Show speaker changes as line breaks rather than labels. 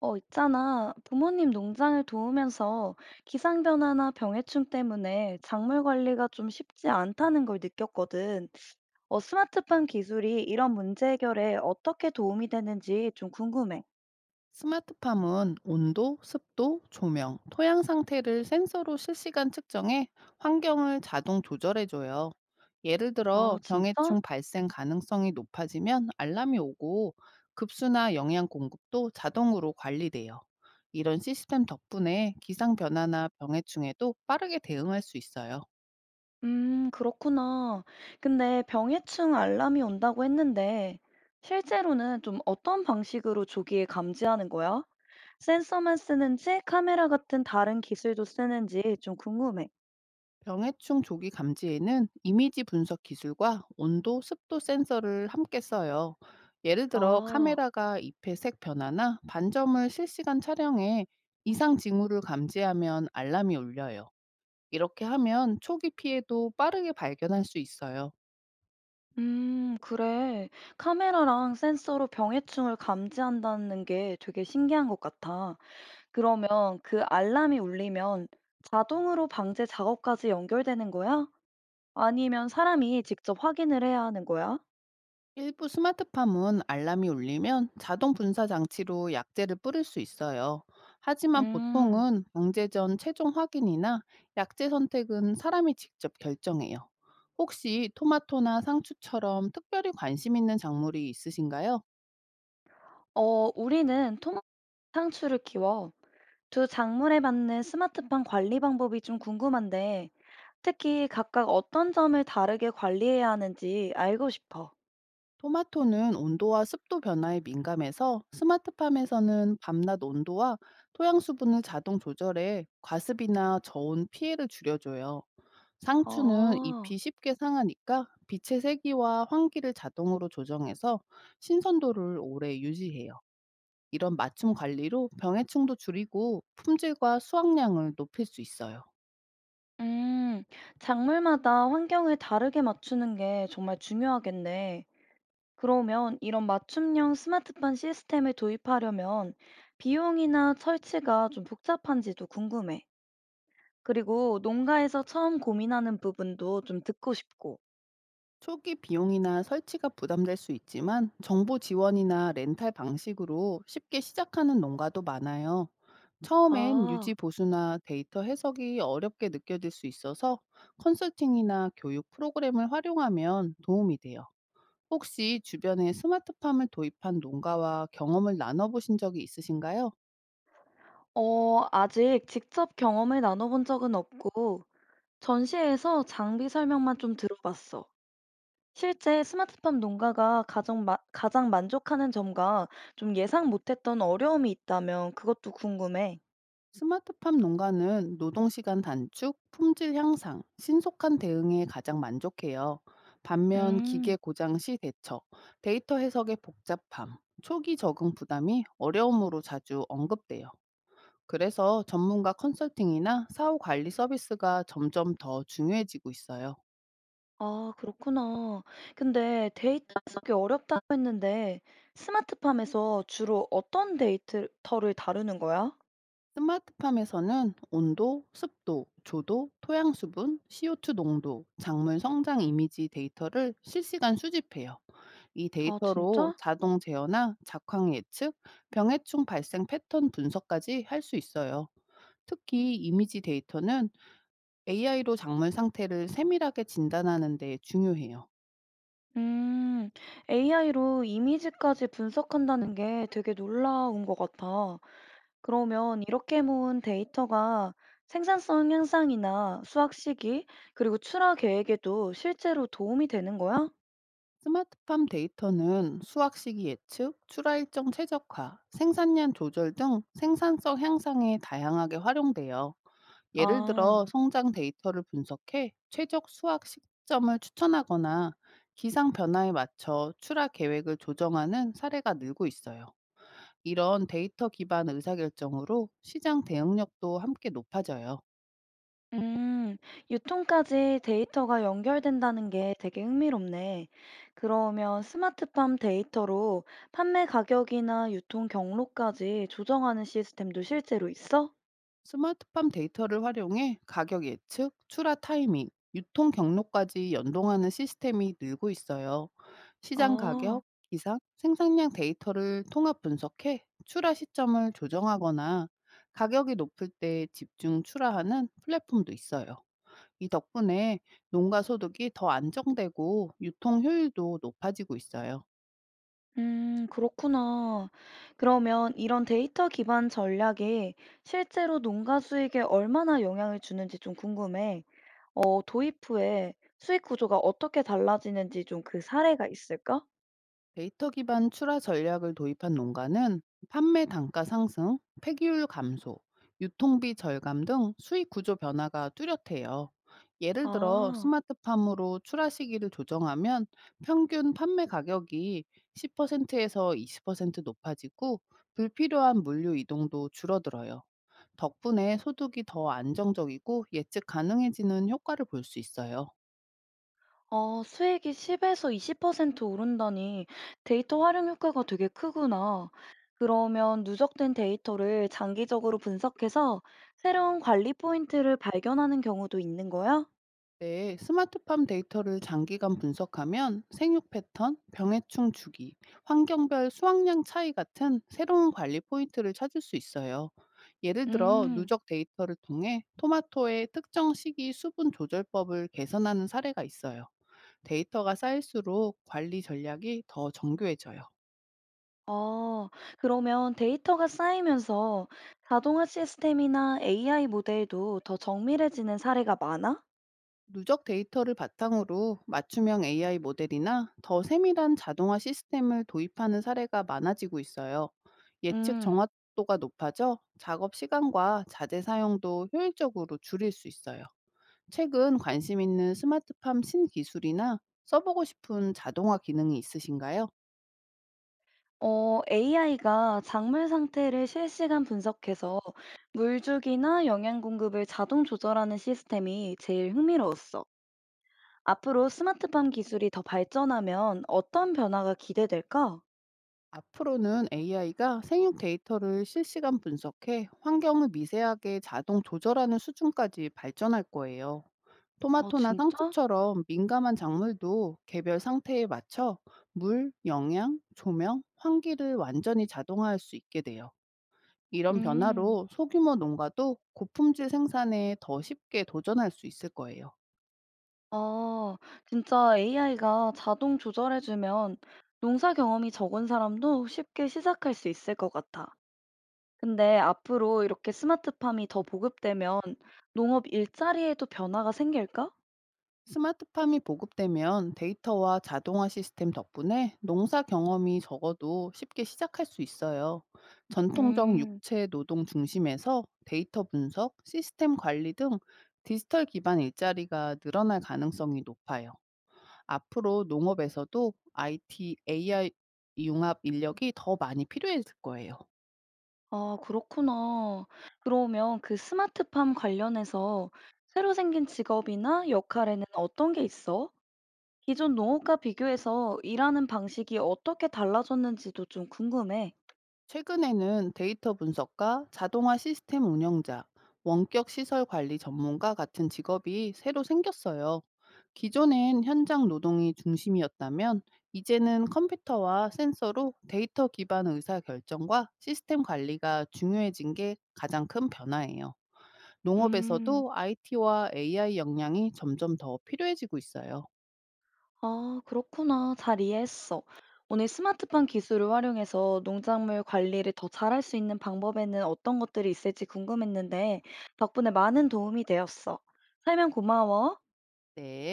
있잖아. 부모님 농장을 도우면서 기상변화나 병해충 때문에 작물 관리가 좀 쉽지 않다는 걸 느꼈거든. 스마트팜 기술이 이런 문제 해결에 어떻게 도움이 되는지 좀 궁금해.
스마트팜은 온도, 습도, 조명, 토양 상태를 센서로 실시간 측정해 환경을 자동 조절해줘요. 예를 들어
아,
병해충
진짜?
발생 가능성이 높아지면 알람이 오고 급수나 영양 공급도 자동으로 관리돼요. 이런 시스템 덕분에 기상 변화나 병해충에도 빠르게 대응할 수 있어요.
그렇구나. 근데 병해충 알람이 온다고 했는데 실제로는 좀 어떤 방식으로 조기에 감지하는 거야? 센서만 쓰는지 카메라 같은 다른 기술도 쓰는지 좀 궁금해.
병해충 조기 감지에는 이미지 분석 기술과 온도, 습도 센서를 함께 써요. 예를 들어
아.
카메라가 잎의 색 변화나 반점을 실시간 촬영해 이상 징후를 감지하면 알람이 울려요. 이렇게 하면 초기 피해도 빠르게 발견할 수 있어요.
그래. 카메라랑 센서로 병해충을 감지한다는 게 되게 신기한 것 같아. 그러면 그 알람이 울리면 자동으로 방제 작업까지 연결되는 거야? 아니면 사람이 직접 확인을 해야 하는 거야?
일부 스마트팜은 알람이 울리면 자동 분사 장치로 약제를 뿌릴 수 있어요. 하지만
음.
보통은 방제 전 최종 확인이나 약제 선택은 사람이 직접 결정해요. 혹시 토마토나 상추처럼 특별히 관심 있는 작물이 있으신가요?
어, 우리는 토토 상추를 키워. 두 작물에 맞는 스마트팜 관리 방법이 좀 궁금한데, 특히 각각 어떤 점을 다르게 관리해야 하는지 알고 싶어.
토마토는 온도와 습도 변화에 민감해서 스마트팜에서는 밤낮 온도와 토양 수분을 자동 조절해 과습이나 저온 피해를 줄여줘요. 상추는
아.
잎이 쉽게 상하니까 빛의 세기와 환기를 자동으로 조정해서 신선도를 오래 유지해요. 이런 맞춤 관리로 병해충도 줄이고 품질과 수확량을 높일 수 있어요.
음, 작물마다 환경을 다르게 맞추는 게 정말 중요하겠네. 그러면 이런 맞춤형 스마트팜 시스템을 도입하려면 비용이나 설치가 좀 복잡한지도 궁금해. 그리고 농가에서 처음 고민하는 부분도 좀 듣고 싶고.
초기 비용이나 설치가 부담될 수 있지만 정부 지원이나 렌탈 방식으로 쉽게 시작하는 농가도 많아요. 처음엔
아.
유지 보수나 데이터 해석이 어렵게 느껴질 수 있어서 컨설팅이나 교육 프로그램을 활용하면 도움이 돼요. 혹시 주변에 스마트팜을 도입한 농가와 경험을 나눠보신 적이 있으신가요?
아직 직접 경험을 나눠본 적은 없고, 전시회에서 장비 설명만 좀 들어봤어. 실제 스마트팜 농가가 가장 만족하는 점과 좀 예상 못했던 어려움이 있다면 그것도 궁금해.
스마트팜 농가는 노동시간 단축, 품질 향상, 신속한 대응에 가장 만족해요. 반면 기계
음.
고장 시 대처, 데이터 해석의 복잡함, 초기 적응 부담이 어려움으로 자주 언급돼요. 그래서 전문가 컨설팅이나 사후 관리 서비스가 점점 더 중요해지고 있어요.
아, 그렇구나. 근데 데이터 해석이 어렵다고 했는데 스마트팜에서 주로 어떤 데이터를 다루는 거야?
스마트팜에서는 온도, 습도, 조도, 토양 수분, CO2 농도, 작물 성장 이미지 데이터를 실시간 수집해요. 이
아,
데이터로
진짜?
자동 제어나 작황 예측, 병해충 발생 패턴 분석까지 할 수 있어요. 특히 이미지 데이터는 AI로 작물 상태를 세밀하게 진단하는 데 중요해요.
음, AI로 이미지까지 분석한다는 게 되게 놀라운 것 같아. 그러면 이렇게 모은 데이터가 생산성 향상이나 수학 시기, 그리고 출하 계획에도 실제로 도움이 되는 거야?
스마트팜 데이터는 수확 시기 예측, 출하 일정 최적화, 생산량 조절 등 생산성 향상에 다양하게 활용돼요. 예를
아.
들어 성장 데이터를 분석해 최적 수확 시점을 추천하거나 기상 변화에 맞춰 출하 계획을 조정하는 사례가 늘고 있어요. 이런 데이터 기반 의사결정으로 시장 대응력도 함께 높아져요.
음, 유통까지 데이터가 연결된다는 게 되게 흥미롭네. 그러면 스마트팜 데이터로 판매 가격이나 유통 경로까지 조정하는 시스템도 실제로 있어?
스마트팜 데이터를 활용해 가격 예측, 출하 타이밍, 유통 경로까지 연동하는 시스템이 늘고 있어요. 시장
아.
가격, 기상, 생산량 데이터를 통합 분석해 출하 시점을 조정하거나 가격이 높을 때 집중 출하하는 플랫폼도 있어요. 이 덕분에 농가 소득이 더 안정되고 유통 효율도 높아지고 있어요.
그렇구나. 그러면 이런 데이터 기반 전략이 실제로 농가 수익에 얼마나 영향을 주는지 좀 궁금해. 도입 후에 수익 구조가 어떻게 달라지는지 좀 그 사례가 있을까?
데이터 기반 출하 전략을 도입한 농가는 판매 단가 상승, 폐기율 감소, 유통비 절감 등 수익 구조 변화가 뚜렷해요. 예를 들어
아.
스마트팜으로 출하 시기를 조정하면 평균 판매 가격이 10%에서 20% 높아지고 불필요한 물류 이동도 줄어들어요. 덕분에 소득이 더 안정적이고 예측 가능해지는 효과를 볼 수 있어요.
수익이 10에서 20% 오른다니 데이터 활용 효과가 되게 크구나. 그러면 누적된 데이터를 장기적으로 분석해서 새로운 관리 포인트를 발견하는 경우도 있는 거야?
네, 스마트팜 데이터를 장기간 분석하면 생육 패턴, 병해충 주기, 환경별 수확량 차이 같은 새로운 관리 포인트를 찾을 수 있어요. 예를 들어
음.
누적 데이터를 통해 토마토의 특정 시기 수분 조절법을 개선하는 사례가 있어요. 데이터가 쌓일수록 관리 전략이 더 정교해져요.
아, 그러면 데이터가 쌓이면서 자동화 시스템이나 AI 모델도 더 정밀해지는 사례가 많아?
누적 데이터를 바탕으로 맞춤형 AI 모델이나 더 세밀한 자동화 시스템을 도입하는 사례가 많아지고 있어요. 예측
음,
정확도가 높아져 작업 시간과 자재 사용도 효율적으로 줄일 수 있어요. 최근 관심 있는 스마트팜 신기술이나 써보고 싶은 자동화 기능이 있으신가요?
AI가 작물 상태를 실시간 분석해서 물주기나 영양 공급을 자동 조절하는 시스템이 제일 흥미로웠어. 앞으로 스마트팜 기술이 더 발전하면 어떤 변화가 기대될까?
앞으로는 AI가 생육 데이터를 실시간 분석해 환경을 미세하게 자동 조절하는 수준까지 발전할 거예요.
어,
토마토나
진짜?
상추처럼 민감한 작물도 개별 상태에 맞춰 물, 영양, 조명, 환기를 완전히 자동화할 수 있게 돼요. 이런
음.
변화로 소규모 농가도 고품질 생산에 더 쉽게 도전할 수 있을 거예요.
아, 진짜 AI가 자동 조절해 주면 농사 경험이 적은 사람도 쉽게 시작할 수 있을 것 같아. 근데 앞으로 이렇게 스마트팜이 더 보급되면 농업 일자리에도 변화가 생길까?
스마트팜이 보급되면 데이터와 자동화 시스템 덕분에 농사 경험이 적어도 쉽게 시작할 수 있어요. 전통적
음.
육체 노동 중심에서 데이터 분석, 시스템 관리 등 디지털 기반 일자리가 늘어날 가능성이 높아요. 앞으로 농업에서도 IT, AI 융합 인력이 더 많이 필요해질 거예요.
아, 그렇구나. 그러면 그 스마트팜 관련해서 새로 생긴 직업이나 역할에는 어떤 게 있어? 기존 농업과 비교해서 일하는 방식이 어떻게 달라졌는지도 좀 궁금해.
최근에는 데이터 분석가, 자동화 시스템 운영자, 원격 시설 관리 전문가 같은 직업이 새로 생겼어요. 기존엔 현장 노동이 중심이었다면 이제는 컴퓨터와 센서로 데이터 기반 의사 결정과 시스템 관리가 중요해진 게 가장 큰 변화예요.
음.
농업에서도 IT와 AI 역량이 점점 더 필요해지고 있어요.
아, 그렇구나. 잘 이해했어. 오늘 스마트팜 기술을 활용해서 농작물 관리를 더 잘할 수 있는 방법에는 어떤 것들이 있을지 궁금했는데, 덕분에 많은 도움이 되었어. 설명 고마워.
네.